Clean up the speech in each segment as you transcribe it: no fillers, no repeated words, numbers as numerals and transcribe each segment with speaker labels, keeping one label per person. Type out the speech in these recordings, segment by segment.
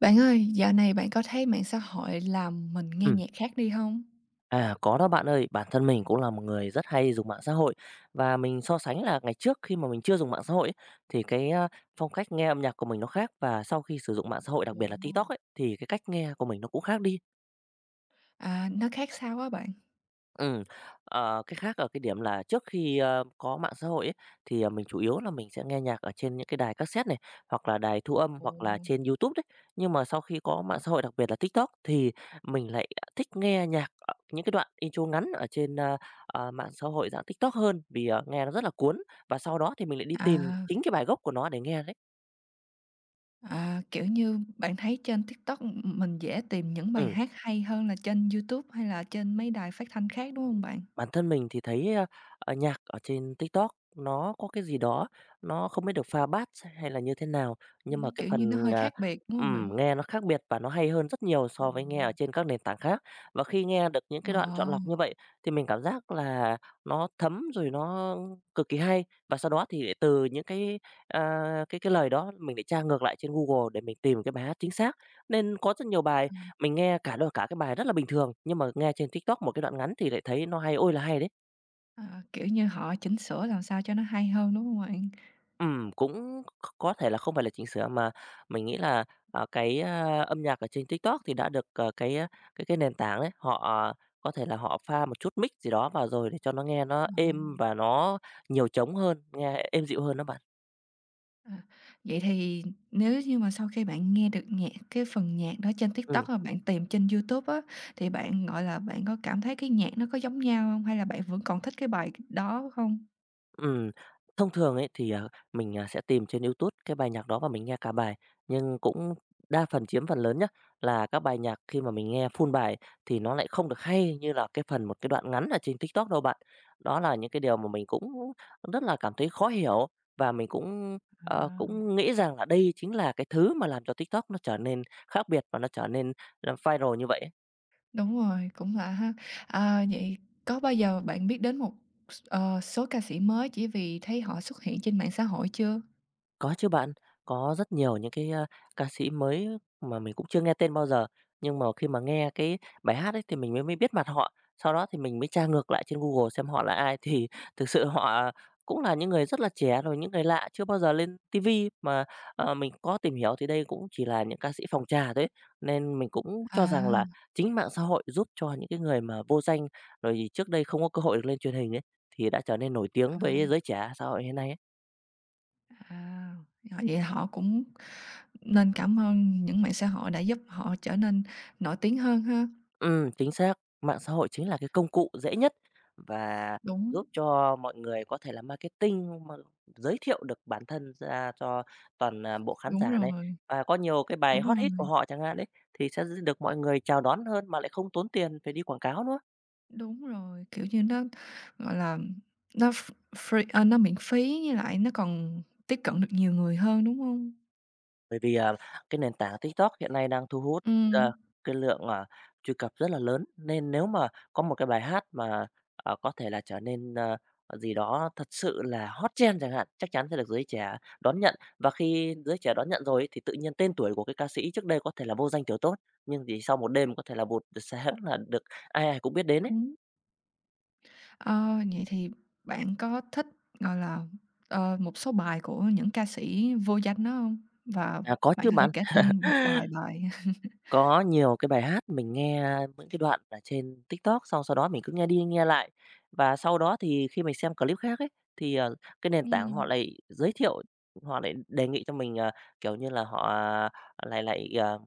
Speaker 1: Bạn ơi, dạo này bạn có thấy mạng xã hội làm mình nghe
Speaker 2: Ừm,
Speaker 1: nhạc khác đi không?
Speaker 2: à, có đó bạn ơi. Bản thân mình cũng là một người rất hay dùng mạng xã hội và mình so sánh là ngày trước khi mà mình chưa dùng mạng xã hội ấy, thì cái, phong cách nghe âm nhạc của mình nó khác và sau khi sử dụng mạng xã hội, đặc
Speaker 1: Ồ.
Speaker 2: biệt là TikTok ấy, thì cái cách nghe của mình nó cũng khác đi.
Speaker 1: À, nó khác sao á bạn?
Speaker 2: Ừ, cái khác ở cái điểm là trước khi, có mạng xã hội ấy, thì, mình chủ yếu là mình sẽ nghe nhạc ở trên những cái đài cassette này, hoặc là đài thu âm,
Speaker 1: Ồ.
Speaker 2: hoặc là trên YouTube đấy. Nhưng mà sau khi có mạng xã hội, đặc biệt là TikTok, thì mình lại thích nghe nhạc ở những cái đoạn intro ngắn ở trên, mạng xã hội dạng TikTok hơn, vì, nghe nó rất là cuốn, và sau đó thì mình lại đi tìm
Speaker 1: À,
Speaker 2: chính cái bài gốc của nó để nghe đấy.
Speaker 1: kiểu như, bạn thấy trên TikTok, mình dễ tìm những bài
Speaker 2: Ừ.
Speaker 1: hát hay hơn là trên YouTube hay là trên mấy đài phát thanh khác, đúng không bạn?
Speaker 2: Bản thân mình thì thấy, nhạc ở trên TikTok nó có cái gì đó, nó không biết được pha bát hay là như thế nào, nhưng
Speaker 1: Nó,
Speaker 2: mà cái
Speaker 1: kiểu như, nó
Speaker 2: phần,
Speaker 1: hơi khác biệt, đúng không bạn?
Speaker 2: nghe nó khác biệt và nó hay hơn rất nhiều
Speaker 1: Ồ.
Speaker 2: so với nghe ở trên các nền tảng khác. Và khi nghe được những cái đoạn chọn
Speaker 1: Ờ.
Speaker 2: lọc như vậy thì mình cảm giác là nó thấm rồi nó cực kỳ hay. Và sau đó thì từ những cái, à, cái lời đó mình lại tra ngược lại trên Google để mình tìm cái bài hát chính xác. Nên có rất nhiều bài
Speaker 1: À.
Speaker 2: mình nghe cả đôi cả cái bài rất là bình thường, nhưng mà nghe trên TikTok một cái đoạn ngắn thì lại thấy nó hay ôi là hay đấy.
Speaker 1: À, kiểu như, họ chỉnh sửa làm sao cho nó hay hơn, đúng không bạn?
Speaker 2: Cũng có thể là không phải là chỉnh sửa mà mình nghĩ là, cái, âm nhạc ở trên TikTok thì đã được, cái, cái nền tảng đấy, họ có thể là họ pha một chút mix gì đó vào rồi để cho nó nghe nó
Speaker 1: Ờ.
Speaker 2: êm và nó nhiều trống hơn, nghe êm dịu hơn đó bạn.
Speaker 1: À, vậy thì nếu như mà sau khi bạn nghe được nhạc cái phần nhạc đó trên TikTok
Speaker 2: Ừm.
Speaker 1: và bạn tìm trên YouTube á, thì bạn, gọi là, bạn có cảm thấy cái nhạc nó có giống nhau không? Hay là bạn vẫn còn thích cái bài đó không?
Speaker 2: Ừm, thông thường ấy thì, mình, sẽ tìm trên YouTube cái bài nhạc đó và mình nghe cả bài, nhưng cũng đa phần chiếm phần lớn nhá, là các bài nhạc khi mà mình nghe full bài thì nó lại không được hay như là cái phần một cái đoạn ngắn ở trên TikTok đâu bạn. Đó là những cái điều mà mình cũng rất là cảm thấy khó hiểu và mình cũng,
Speaker 1: À.
Speaker 2: cũng nghĩ rằng là đây chính là cái thứ mà làm cho TikTok nó trở nên khác biệt và nó trở nên, viral như vậy.
Speaker 1: Đúng rồi, cũng lạ ha. À, vậy có bao giờ bạn biết đến một ờ, số ca sĩ mới chỉ vì thấy họ xuất hiện trên mạng xã hội chưa?
Speaker 2: Có chứ bạn, có rất nhiều những cái, ca sĩ mới mà mình cũng chưa nghe tên bao giờ, nhưng mà khi mà nghe cái bài hát ấy thì mình mới mới biết mặt họ, sau đó thì mình mới tra ngược lại trên Google xem họ là ai, thì thực sự họ cũng là những người rất là trẻ, rồi những người lạ chưa bao giờ lên ti vi mà, mình có tìm hiểu thì đây cũng chỉ là những ca sĩ phòng trà thôi. Nên mình cũng cho rằng
Speaker 1: À,
Speaker 2: là chính mạng xã hội giúp cho những cái người mà vô danh, rồi thì trước đây không có cơ hội được lên truyền hình ấy, thì đã trở nên nổi tiếng với
Speaker 1: à,
Speaker 2: giới trẻ xã hội hiện nay ấy.
Speaker 1: à, ờ, vậy họ cũng nên cảm ơn những mạng xã hội đã giúp họ trở nên nổi tiếng hơn ha.
Speaker 2: Chính xác. Mạng xã hội chính là cái công cụ dễ nhất và
Speaker 1: Đúng.
Speaker 2: giúp cho mọi người có thể là marketing, mà giới thiệu được bản thân ra cho toàn, bộ khán
Speaker 1: Đúng
Speaker 2: giả này.
Speaker 1: rồi,
Speaker 2: Và có nhiều cái bài
Speaker 1: đúng
Speaker 2: hot hit của
Speaker 1: rồi,
Speaker 2: họ chẳng hạn đấy thì sẽ được mọi người chào đón hơn mà lại không tốn tiền phải đi quảng cáo nữa.
Speaker 1: đúng rồi, kiểu như, nó, gọi là, nó ph free à, nó miễn phí với lại nó còn tiếp cận được nhiều người hơn, đúng hông?
Speaker 2: Bởi vì, cái nền tảng TikTok hiện nay đang thu hút,
Speaker 1: Ừm,
Speaker 2: ờ, cái lượng, truy cập rất là lớn, nên nếu mà có một cái bài hát mà, có thể là trở nên, gì đó thật sự là hot trend chẳng hạn, chắc chắn sẽ được giới trẻ đón nhận. Và khi giới trẻ đón nhận rồi ấy, thì tự nhiên tên tuổi của cái ca sĩ trước đây có thể là vô danh tiểu tốt, nhưng chỉ sau một đêm có thể là một sáng là được ai ai cũng biết đến ấy.
Speaker 1: đúng. Ờ, vậy thì bạn có thích, gọi là, ờ, một số bài của những ca sĩ vô danh đó hông? Và
Speaker 2: À, có
Speaker 1: bạn
Speaker 2: chứ
Speaker 1: có thể
Speaker 2: bạn.
Speaker 1: kể tên một vài bài.
Speaker 2: Có nhiều cái bài hát mình nghe những cái đoạn ở trên TikTok, xong sau đó mình cứ nghe đi nghe lại. Và sau đó thì khi mình xem clip khác ấy, thì, cái nền tảng họ
Speaker 1: Ừm,
Speaker 2: lại giới thiệu, họ lại đề nghị cho mình, kiểu như là, họ lại lại, ờ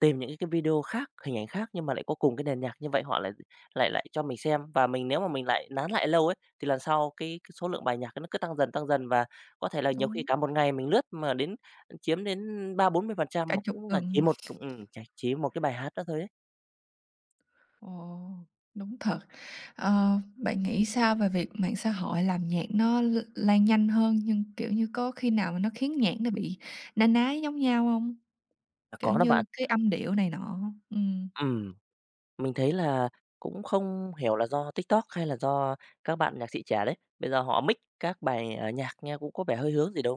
Speaker 2: tìm những cái video khác, hình ảnh khác nhưng mà lại có cùng cái nền nhạc như vậy, họ lại lại lại cho mình xem và mình nếu mà mình lại nán lại lâu ấy, thì lần sau cái số lượng bài nhạc nó cứ tăng dần và có thể là nhiều khi
Speaker 1: đúng,
Speaker 2: cả một ngày mình lướt mà đến chiếm đến 30-40%
Speaker 1: cả
Speaker 2: mà
Speaker 1: chục
Speaker 2: cũng là chỉ
Speaker 1: tuần.
Speaker 2: một cũng ừ, chỉ một cái bài hát đó thôi đấy.
Speaker 1: Ồ, đúng thật. Ờ, bạn nghĩ sao về việc mạng xã hội làm nhạc nó lan nhanh hơn, nhưng, kiểu như, có khi nào mà nó khiến nhạc nó bị na ná giống nhau không? Kiểu
Speaker 2: Có đó
Speaker 1: như,
Speaker 2: bạn.
Speaker 1: cái âm điệu này nọ, ừm,
Speaker 2: Ừm. Mình thấy là cũng không hiểu là do TikTok hay là do các bạn nhạc sĩ trẻ đấy. Bây giờ họ mix các bài, nhạc nghe cũng có vẻ hơi hướng gì đó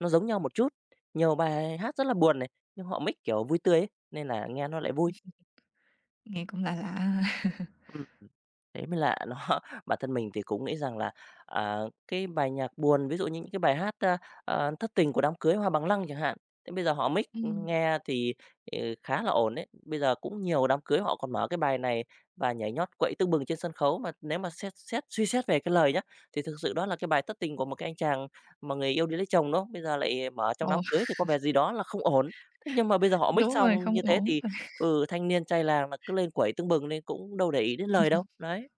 Speaker 2: nó giống nhau một chút. Nhiều bài hát rất là buồn này, nhưng họ mix kiểu vui tươi ấy, nên là nghe nó lại vui.
Speaker 1: nghe cũng lạ lạ ha.
Speaker 2: Ừm, thế mới lạ. Nó bản thân mình thì cũng nghĩ rằng là, à, cái bài nhạc buồn, ví dụ như những cái bài hát, "Thất tình của đám cưới Hoa bằng lăng" chẳng hạn, thế bây giờ họ mix, nghe thì, ờ, khá là ổn đấy. Bây giờ cũng nhiều đám cưới họ còn mở cái bài này và nhảy nhót quậy tưng bừng trên sân khấu, mà nếu mà xét xét suy xét về cái lời nhá, thì thực sự đó là cái bài thất tình của một cái anh chàng mà người yêu đi lấy chồng, đó. Bây giờ lại mở trong đám
Speaker 1: Ồ,
Speaker 2: cưới thì có vẻ gì đó là không ổn. Thế nhưng mà bây giờ họ mix
Speaker 1: đúng rồi,
Speaker 2: xong
Speaker 1: không
Speaker 2: như thế
Speaker 1: ổn
Speaker 2: thì
Speaker 1: thật,
Speaker 2: Thanh niên trai làng là cứ lên quẩy tưng bừng nên cũng đâu để ý đến lời đâu, đấy.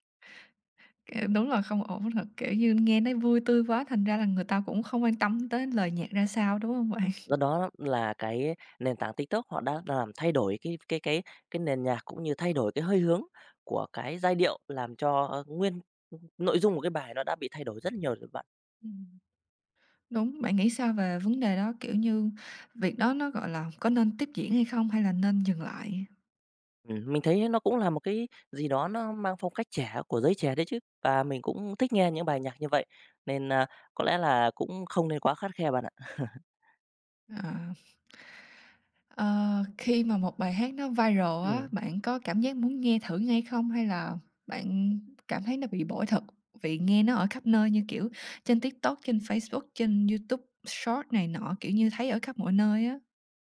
Speaker 1: kiểu, đúng là không ổn thật, kiểu như, nghe nó vui tươi quá thành ra là người ta cũng không quan tâm tới lời nhạc ra sao, đúng không bạn?
Speaker 2: Do đó là cái nền tảng TikTok họ đã làm thay đổi cái nền nhạc cũng như thay đổi cái hơi hướng của cái giai điệu, làm cho, nguyên nội dung của cái bài nó đã bị thay đổi rất nhiều rồi bạn.
Speaker 1: Ừm. Đúng, bạn nghĩ sao về vấn đề đó? Kiểu như, việc đó nó, gọi là, có nên tiếp diễn hay không hay là nên dừng lại?
Speaker 2: Mình thấy nó cũng là một cái gì đó nó mang phong cách trẻ của giới trẻ đấy chứ, và mình cũng thích nghe những bài nhạc như vậy, nên, có lẽ là cũng không nên quá khắt khe bạn ạ.
Speaker 1: Ờ. Ờ, khi mà một bài hát nó viral á,
Speaker 2: Ừm.
Speaker 1: bạn có cảm giác muốn nghe thử ngay không? Hay là bạn cảm thấy nó bị bội thực vì nghe nó ở khắp nơi như, kiểu, trên TikTok, trên Facebook, trên YouTube short này nọ, kiểu như, thấy ở khắp mọi nơi á?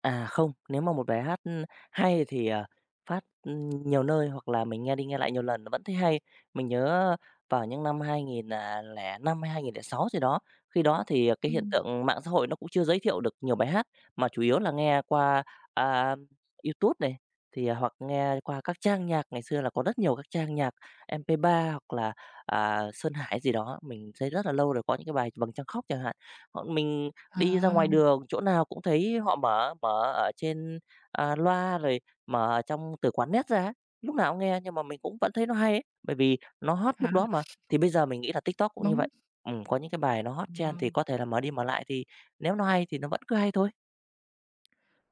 Speaker 2: À, không, nếu mà một bài hát, hay thì, phát, nhiều nơi hoặc là mình nghe đi nghe lại nhiều lần nó vẫn thấy hay. Mình nhớ vào những năm 2005 hay 2006 gì đó, khi đó thì cái hiện
Speaker 1: Ừm.
Speaker 2: tượng mạng xã hội nó cũng chưa giới thiệu được nhiều bài hát, mà chủ yếu là nghe qua, à, YouTube này, thì hoặc nghe qua các trang nhạc, ngày xưa là có rất nhiều các trang nhạc MP3 hoặc là, Sơn Hải gì đó, mình thấy rất là lâu rồi, có những cái bài "Vầng trăng khóc" chẳng hạn. Mình đi ra
Speaker 1: À,
Speaker 2: ngoài đường chỗ nào cũng thấy họ mở, ở trên, loa rồi mở ở trong từ quán net ra ấy, lúc nào cũng nghe nhưng mà mình cũng vẫn thấy nó hay ấy, bởi vì nó hot
Speaker 1: à,
Speaker 2: lúc đó mà. Thì bây giờ mình nghĩ là TikTok cũng như
Speaker 1: đúng.
Speaker 2: vậy. Có những cái bài nó hot
Speaker 1: Ờ.
Speaker 2: trend thì có thể là mở đi mở lại thì nếu nó hay thì nó vẫn cứ hay thôi.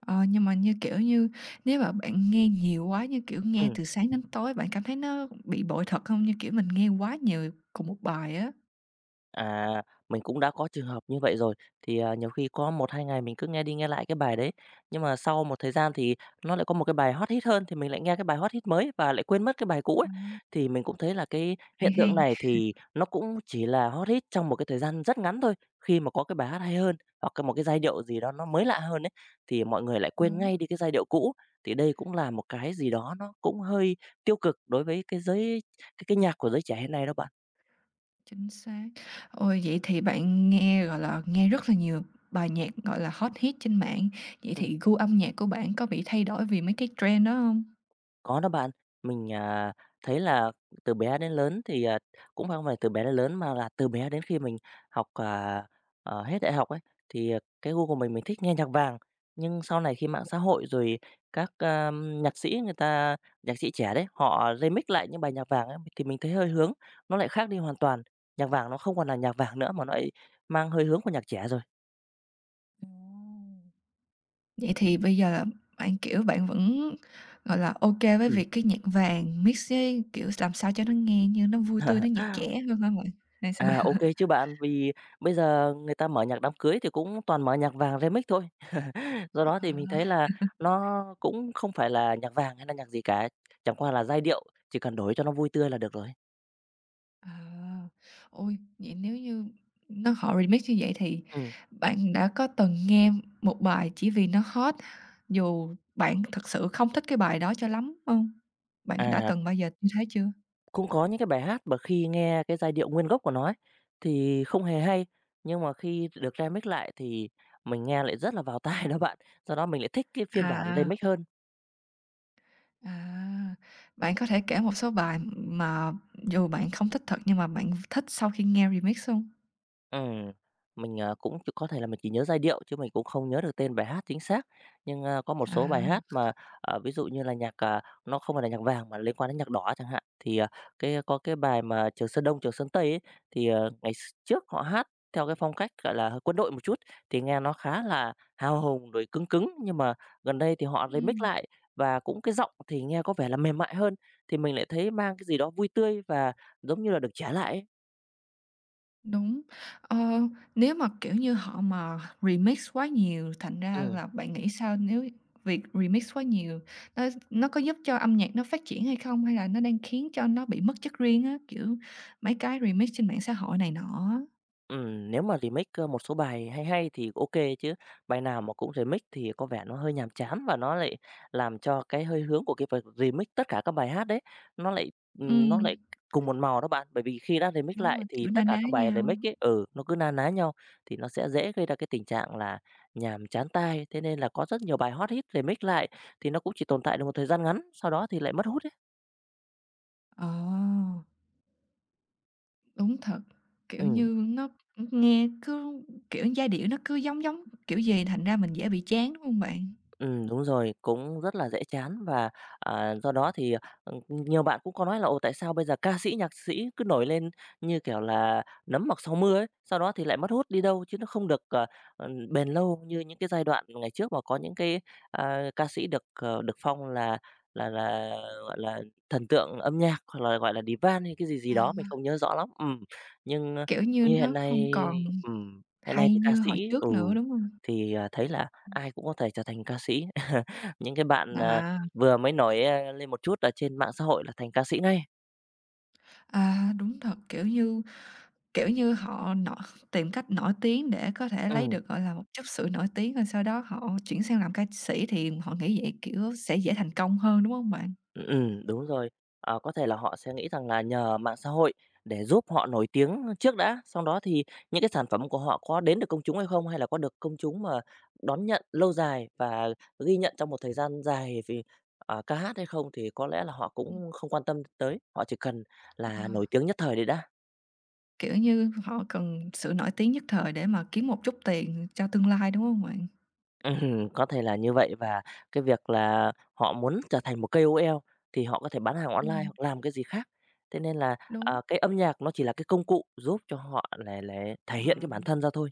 Speaker 1: Ờ, nhưng mà, như kiểu như, nếu mà bạn nghe nhiều quá, như kiểu, nghe
Speaker 2: Ừm.
Speaker 1: từ sáng đến tối, bạn cảm thấy nó bị bội thật không? Như kiểu, mình nghe quá nhiều cùng một bài á.
Speaker 2: À, mình cũng đã có trường hợp như vậy rồi. Thì, nhiều khi có một 2 ngày mình cứ nghe đi nghe lại cái bài đấy, nhưng mà sau một thời gian thì nó lại có một cái bài hot hit hơn, thì mình lại nghe cái bài hot hit mới và lại quên mất cái bài cũ ấy.
Speaker 1: À.
Speaker 2: Thì mình cũng thấy là cái
Speaker 1: Hay
Speaker 2: hiện tượng
Speaker 1: hen.
Speaker 2: này thì nó cũng chỉ là hot hit trong một cái thời gian rất ngắn thôi. Khi mà có cái bài hát hay hơn, hoặc một cái giai điệu gì đó nó mới lạ hơn ấy, thì mọi người lại quên
Speaker 1: Đúng.
Speaker 2: ngay đi cái giai điệu cũ. Thì đây cũng là một cái gì đó nó cũng hơi tiêu cực đối với cái nhạc của giới trẻ hiện nay đó bạn.
Speaker 1: Chính xác. Ôi, vậy thì bạn nghe, gọi là, nghe rất là nhiều bài nhạc, gọi là, hot hit trên mạng, vậy
Speaker 2: Ừ.
Speaker 1: thì gu âm nhạc của bạn có bị thay đổi vì mấy cái trend đó không?
Speaker 2: Có đó bạn, mình, thấy là từ bé đến lớn thì cũng không phải từ bé đến lớn mà là từ bé đến khi mình học, à, hết đại học ấy, cái gu của mình thích nghe nhạc vàng. Nhưng sau này khi mạng xã hội rồi các, a, nhạc sĩ người ta nhạc sĩ trẻ đấy, họ remix lại những bài nhạc vàng ấy, thì mình thấy hơi hướng, nó lại khác đi hoàn toàn. Nhạc vàng nó không còn là nhạc vàng nữa mà nó lại mang hơi hướng của nhạc trẻ rồi.
Speaker 1: Ồ! Vậy thì bây giờ là bạn, kiểu, bạn vẫn, gọi là, ok với
Speaker 2: Ừm.
Speaker 1: việc cái nhạc vàng mix với, kiểu, làm sao cho nó nghe như nó vui tươi, nó nhạc trẻ hơn hả bạn? Hay sao?
Speaker 2: À, ok chứ bạn, vì bây giờ người ta mở nhạc đám cưới thì cũng toàn mở nhạc vàng remix thôi. Do đó thì mình thấy
Speaker 1: À,
Speaker 2: là nó cũng không phải là nhạc vàng hay là nhạc gì cả, chẳng qua là giai điệu, chỉ cần đổi cho nó vui tươi là được rồi.
Speaker 1: à, ôi, vậy nếu như nó họ remix như vậy thì
Speaker 2: Ừ,
Speaker 1: bạn đã có từng nghe một bài chỉ vì nó hot, dù bạn thực sự không thích cái bài đó cho lắm không? Bạn đã
Speaker 2: à,
Speaker 1: từng bao giờ như thế chưa?
Speaker 2: cũng có những cái bài hát mà khi nghe cái giai điệu nguyên gốc của nó ấy, thì không hề hay, nhưng mà khi được remix lại thì mình nghe lại rất là vào tai đó bạn, do đó mình lại thích cái phiên bản
Speaker 1: À, à.
Speaker 2: remix hơn.
Speaker 1: À, bạn có thể kể một số bài mà dù bạn không thích thật nhưng mà bạn thích sau khi nghe remix hông?
Speaker 2: Ừm, mình, cũng ch có thể là mình chỉ nhớ giai điệu chứ mình cũng không nhớ được tên bài hát chính xác. Nhưng, có một số
Speaker 1: À,
Speaker 2: bài hát mà, ví dụ như là nhạc, nó không phải là nhạc vàng mà liên quan đến nhạc đỏ chẳng hạn, có cái bài mà "Trường Sơn Đông, Trường Sơn Tây" ấy, ngày x trước họ hát theo cái phong cách, gọi là, hơi quân đội một chút, thì nghe nó khá là hào hùng rồi cứng cứng. Nhưng mà gần đây thì họ remix
Speaker 1: ừm,
Speaker 2: lại và cũng cái giọng thì nghe có vẻ là mềm mại hơn, thì mình lại thấy mang cái gì đó vui tươi và giống như là được trả lại ấy.
Speaker 1: đúng. Ờ, nếu mà, kiểu như, họ mà remix quá nhiều, thành ra
Speaker 2: Ừm.
Speaker 1: là bạn nghĩ sao nếu việc remix quá nhiều nó nó có giúp cho âm nhạc nó phát triển hay không? Hay là nó đang khiến cho nó bị mất chất riêng á, kiểu, mấy cái remix trên mạng xã hội này nọ á?
Speaker 2: Nếu mà remake, một số bài hay hay thì ok chứ, bài nào mà cũng remake thì có vẻ nó hơi nhàm chán và nó lại làm cho cái hơi hướng của cái việc remake tất cả các bài hát đấy, nó lại, ừm, nó
Speaker 1: Ừm,
Speaker 2: lại cùng một màu đó bạn. Bởi vì khi đã remake
Speaker 1: đúng rồi,
Speaker 2: lại thì
Speaker 1: kiểu,
Speaker 2: tất
Speaker 1: na
Speaker 2: cả
Speaker 1: ná
Speaker 2: các bài
Speaker 1: nhau.
Speaker 2: remake ấy nó cứ na ná nhau thì nó sẽ dễ gây ra cái tình trạng là nhàm chán tai. Thế nên là có rất nhiều bài hot hit remake lại thì nó cũng chỉ tồn tại được một thời gian ngắn, sau đó thì lại mất hút ấy.
Speaker 1: Ờ. Đúng thật, kiểu
Speaker 2: Ừm.
Speaker 1: như, nó nghe cứ, kiểu, giai điệu nó cứ giống giống kiểu gì thành ra mình dễ bị chán, đúng hông bạn?
Speaker 2: Đúng rồi, cũng rất là dễ chán và, do đó thì, nhiều bạn cũng có nói là "Ồ, tại sao bây giờ ca sĩ, nhạc sĩ cứ nổi lên như kiểu là nấm mọc sau mưa ấy, sau đó thì lại mất hút đi đâu chứ nó không được, bền lâu như những cái giai đoạn ngày trước mà có những cái, ca sĩ được, được phong là là là, gọi là, thần tượng âm nhạc hoặc là, gọi là, divan hay cái gì gì
Speaker 1: À,
Speaker 2: đó, mình không nhớ rõ lắm." Nhưng,
Speaker 1: kiểu như,
Speaker 2: như
Speaker 1: nó không còn
Speaker 2: hiện nay
Speaker 1: hay
Speaker 2: thì ca
Speaker 1: như
Speaker 2: sĩ
Speaker 1: hồi trước nữa, đúng hông?
Speaker 2: thấy là ai cũng có thể trở thành ca sĩ. Những cái bạn,
Speaker 1: À,
Speaker 2: vừa mới nổi, lên một chút ở trên mạng xã hội là thành ca sĩ ngay.
Speaker 1: đúng thật, kiểu như, họ nổi tìm cách nổi tiếng để có thể lấy
Speaker 2: Ừ,
Speaker 1: được, gọi là, một chút sự nổi tiếng, rồi sau đó họ chuyển sang làm ca sĩ thì họ nghĩ vậy, kiểu, sẽ dễ thành công hơn, đúng hông bạn?
Speaker 2: đúng rồi. Ờ, có thể là họ sẽ nghĩ rằng là nhờ mạng xã hội để giúp họ nổi tiếng trước đã. Sau đó thì những cái sản phẩm của họ có đến được công chúng hay không, hay là có được công chúng mà đón nhận lâu dài và ghi nhận trong một thời gian dài vì, ca hát hay không thì có lẽ là họ
Speaker 1: Ừm,
Speaker 2: cũng không quan tâm tới, họ chỉ cần
Speaker 1: ờ,
Speaker 2: là nổi tiếng nhất thời đấy đã.
Speaker 1: kiểu như, họ cần sự nổi tiếng nhất thời để mà kiếm một chút tiền cho tương lai, đúng hông bạn?
Speaker 2: Có thể là như vậy và cái việc là họ muốn trở thành một KOL thì họ có thể bán hàng online
Speaker 1: Ừm,
Speaker 2: hoặc làm cái gì khác. Thế nên là,
Speaker 1: đúng.
Speaker 2: cái âm nhạc nó chỉ là cái công cụ giúp cho họ là thể
Speaker 1: Ờ,
Speaker 2: hiện cái bản thân ra thôi.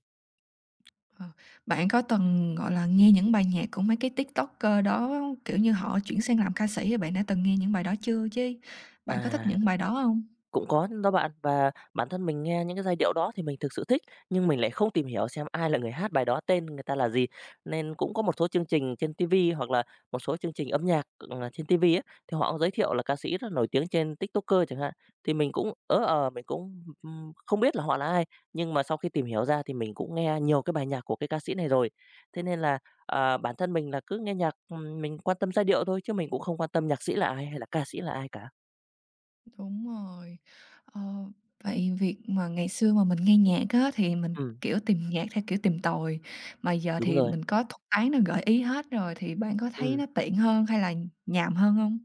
Speaker 1: ờ. Bạn có từng, gọi là, nghe những bài nhạc của mấy cái TikToker đó, kiểu như, họ chuyển sang làm ca sĩ thì bạn đã từng nghe những bài đó chưa chứ? Bạn có thích
Speaker 2: À.
Speaker 1: những bài đó hông?
Speaker 2: Cũng có đó bạn, và bản thân mình nghe những cái giai điệu đó thì mình thực sự thích, nhưng mình lại không tìm hiểu xem ai là người hát bài đó, tên người ta là gì. Nên cũng có một số chương trình trên ti vi hoặc là một số chương trình âm nhạc, trên ti vi á, thì họ cũng giới thiệu là ca sĩ rất nổi tiếng trên TikToker chẳng hạn, thì mình mình cũng không biết là họ là ai. Nhưng mà sau khi tìm hiểu ra thì mình cũng nghe nhiều cái bài nhạc của cái ca sĩ này rồi. Thế nên là, bản thân mình là cứ nghe nhạc, mình quan tâm giai điệu thôi, chứ mình cũng không quan tâm nhạc sĩ là ai hay là ca sĩ là ai cả.
Speaker 1: Đúng rồi. Ờ, vậy việc mà ngày xưa mà mình nghe nhạc á thì mình,
Speaker 2: Ừm,
Speaker 1: kiểu, tìm nhạc theo kiểu tìm tòi, mà giờ
Speaker 2: đúng
Speaker 1: thì
Speaker 2: rồi,
Speaker 1: mình có thuật toán nó gợi ý hết rồi thì bạn có thấy
Speaker 2: ừm.
Speaker 1: nó tiện hơn hay là nhàm hơn hông?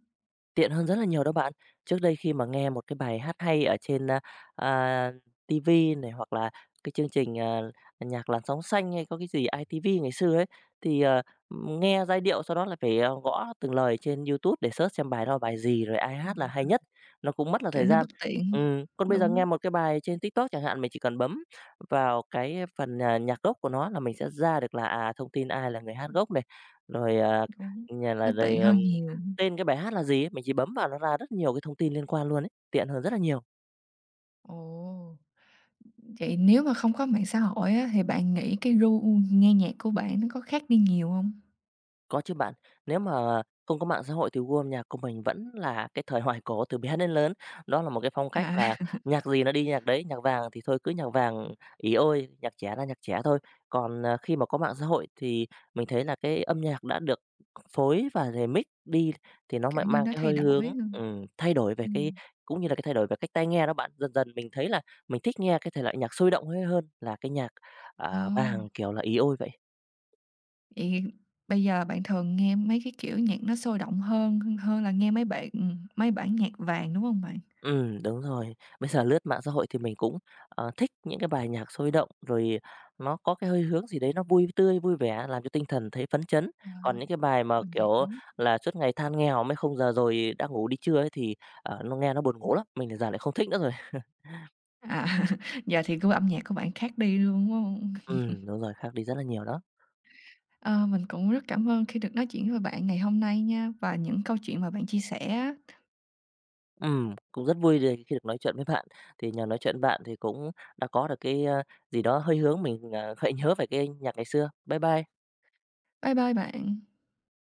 Speaker 2: Tiện hơn rất là nhiều đó bạn. Trước đây khi mà nghe một cái bài hát hay ở trên, à, ti vi này, hoặc là cái chương trình, nhạc làn sóng xanh hay có cái gì ITV ngày xưa ấy, thì, ờ, nghe giai điệu sau đó là phải, gõ từng lời trên YouTube để search xem bài đó là bài gì, rồi ai hát là hay nhất, nó cũng mất là
Speaker 1: Kiểu,
Speaker 2: thời
Speaker 1: nó
Speaker 2: gian.
Speaker 1: bất tiện
Speaker 2: Còn bây giờ
Speaker 1: đúng,
Speaker 2: nghe một cái bài trên TikTok chẳng hạn, mình chỉ cần bấm vào cái phần, nhạc gốc của nó là mình sẽ ra được là, thông tin ai là người hát gốc này, rồi, à,
Speaker 1: đúng,
Speaker 2: nhà
Speaker 1: nó
Speaker 2: là rồi,
Speaker 1: tiện
Speaker 2: ờ
Speaker 1: hơn nhiều.
Speaker 2: tên cái bài hát là gì ấy, mình chỉ bấm vào nó ra rất nhiều cái thông tin liên quan luôn ấy, tiện hơn rất là nhiều.
Speaker 1: Ồ! Vậy nếu mà không có mạng xã hội á, thì bạn nghĩ cái gu nghe nhạc của bạn nó có khác đi nhiều không?
Speaker 2: Có chứ bạn. Nếu mà không có mạng xã hội thì gu âm nhạc của mình vẫn là cái thời hoài cổ từ bé đến lớn. Đó là một cái phong cách
Speaker 1: À,
Speaker 2: là nhạc gì nó đi nhạc đấy, nhạc vàng thì thôi cứ nhạc vàng ý ôi, nhạc trẻ là nhạc trẻ thôi. Còn, khi mà có mạng xã hội thì mình thấy là cái âm nhạc đã được phối và remix đi thì nó
Speaker 1: kiểu
Speaker 2: lại
Speaker 1: như,
Speaker 2: mang
Speaker 1: nó
Speaker 2: cái
Speaker 1: thay
Speaker 2: hơi
Speaker 1: đổi
Speaker 2: hướng
Speaker 1: hơn.
Speaker 2: thay đổi về cái
Speaker 1: Ừm,
Speaker 2: cũng như là cái thay đổi về cách tai nghe đó bạn. Dần dần mình thấy là mình thích nghe cái thể loại nhạc sôi động hay hơn là cái nhạc,
Speaker 1: ờ,
Speaker 2: vàng, kiểu là, ý ôi vậy.
Speaker 1: vậy bây giờ bạn thường nghe mấy cái kiểu nhạc nó sôi động hơn hơn là nghe mấy bản nhạc vàng, đúng không bạn?
Speaker 2: Đúng rồi. Bây giờ lướt mạng xã hội thì mình cũng, thích những cái bài nhạc sôi động, rồi nó có cái hơi hướng gì đấy nó vui tươi, vui vẻ, làm cho tinh thần thấy phấn chấn.
Speaker 1: À,
Speaker 2: Còn những cái bài mà,
Speaker 1: mình
Speaker 2: kiểu
Speaker 1: hiểu.
Speaker 2: là, suốt ngày than nghèo "Mấy không giờ rồi, đã ngủ đi chưa" ấy thì, nó nghe nó buồn ngủ lắm, mình thì giờ lại không thích nữa rồi.
Speaker 1: À, giờ thì gu âm nhạc của bạn khác đi luôn, đúng không?
Speaker 2: Đúng rồi, khác đi rất là nhiều đó.
Speaker 1: Ờ, mình cũng rất cảm ơn khi được nói chuyện với bạn ngày hôm nay nha, và những câu chuyện mà bạn chia sẻ.
Speaker 2: Cũng rất vui được khi được nói chuyện với bạn. Thì nhờ nói chuyện với bạn thì cũng đã có được cái, gì đó hơi hướng mình, gợi nhớ về cái nhạc ngày xưa. Bye bye.
Speaker 1: Bye bye bạn.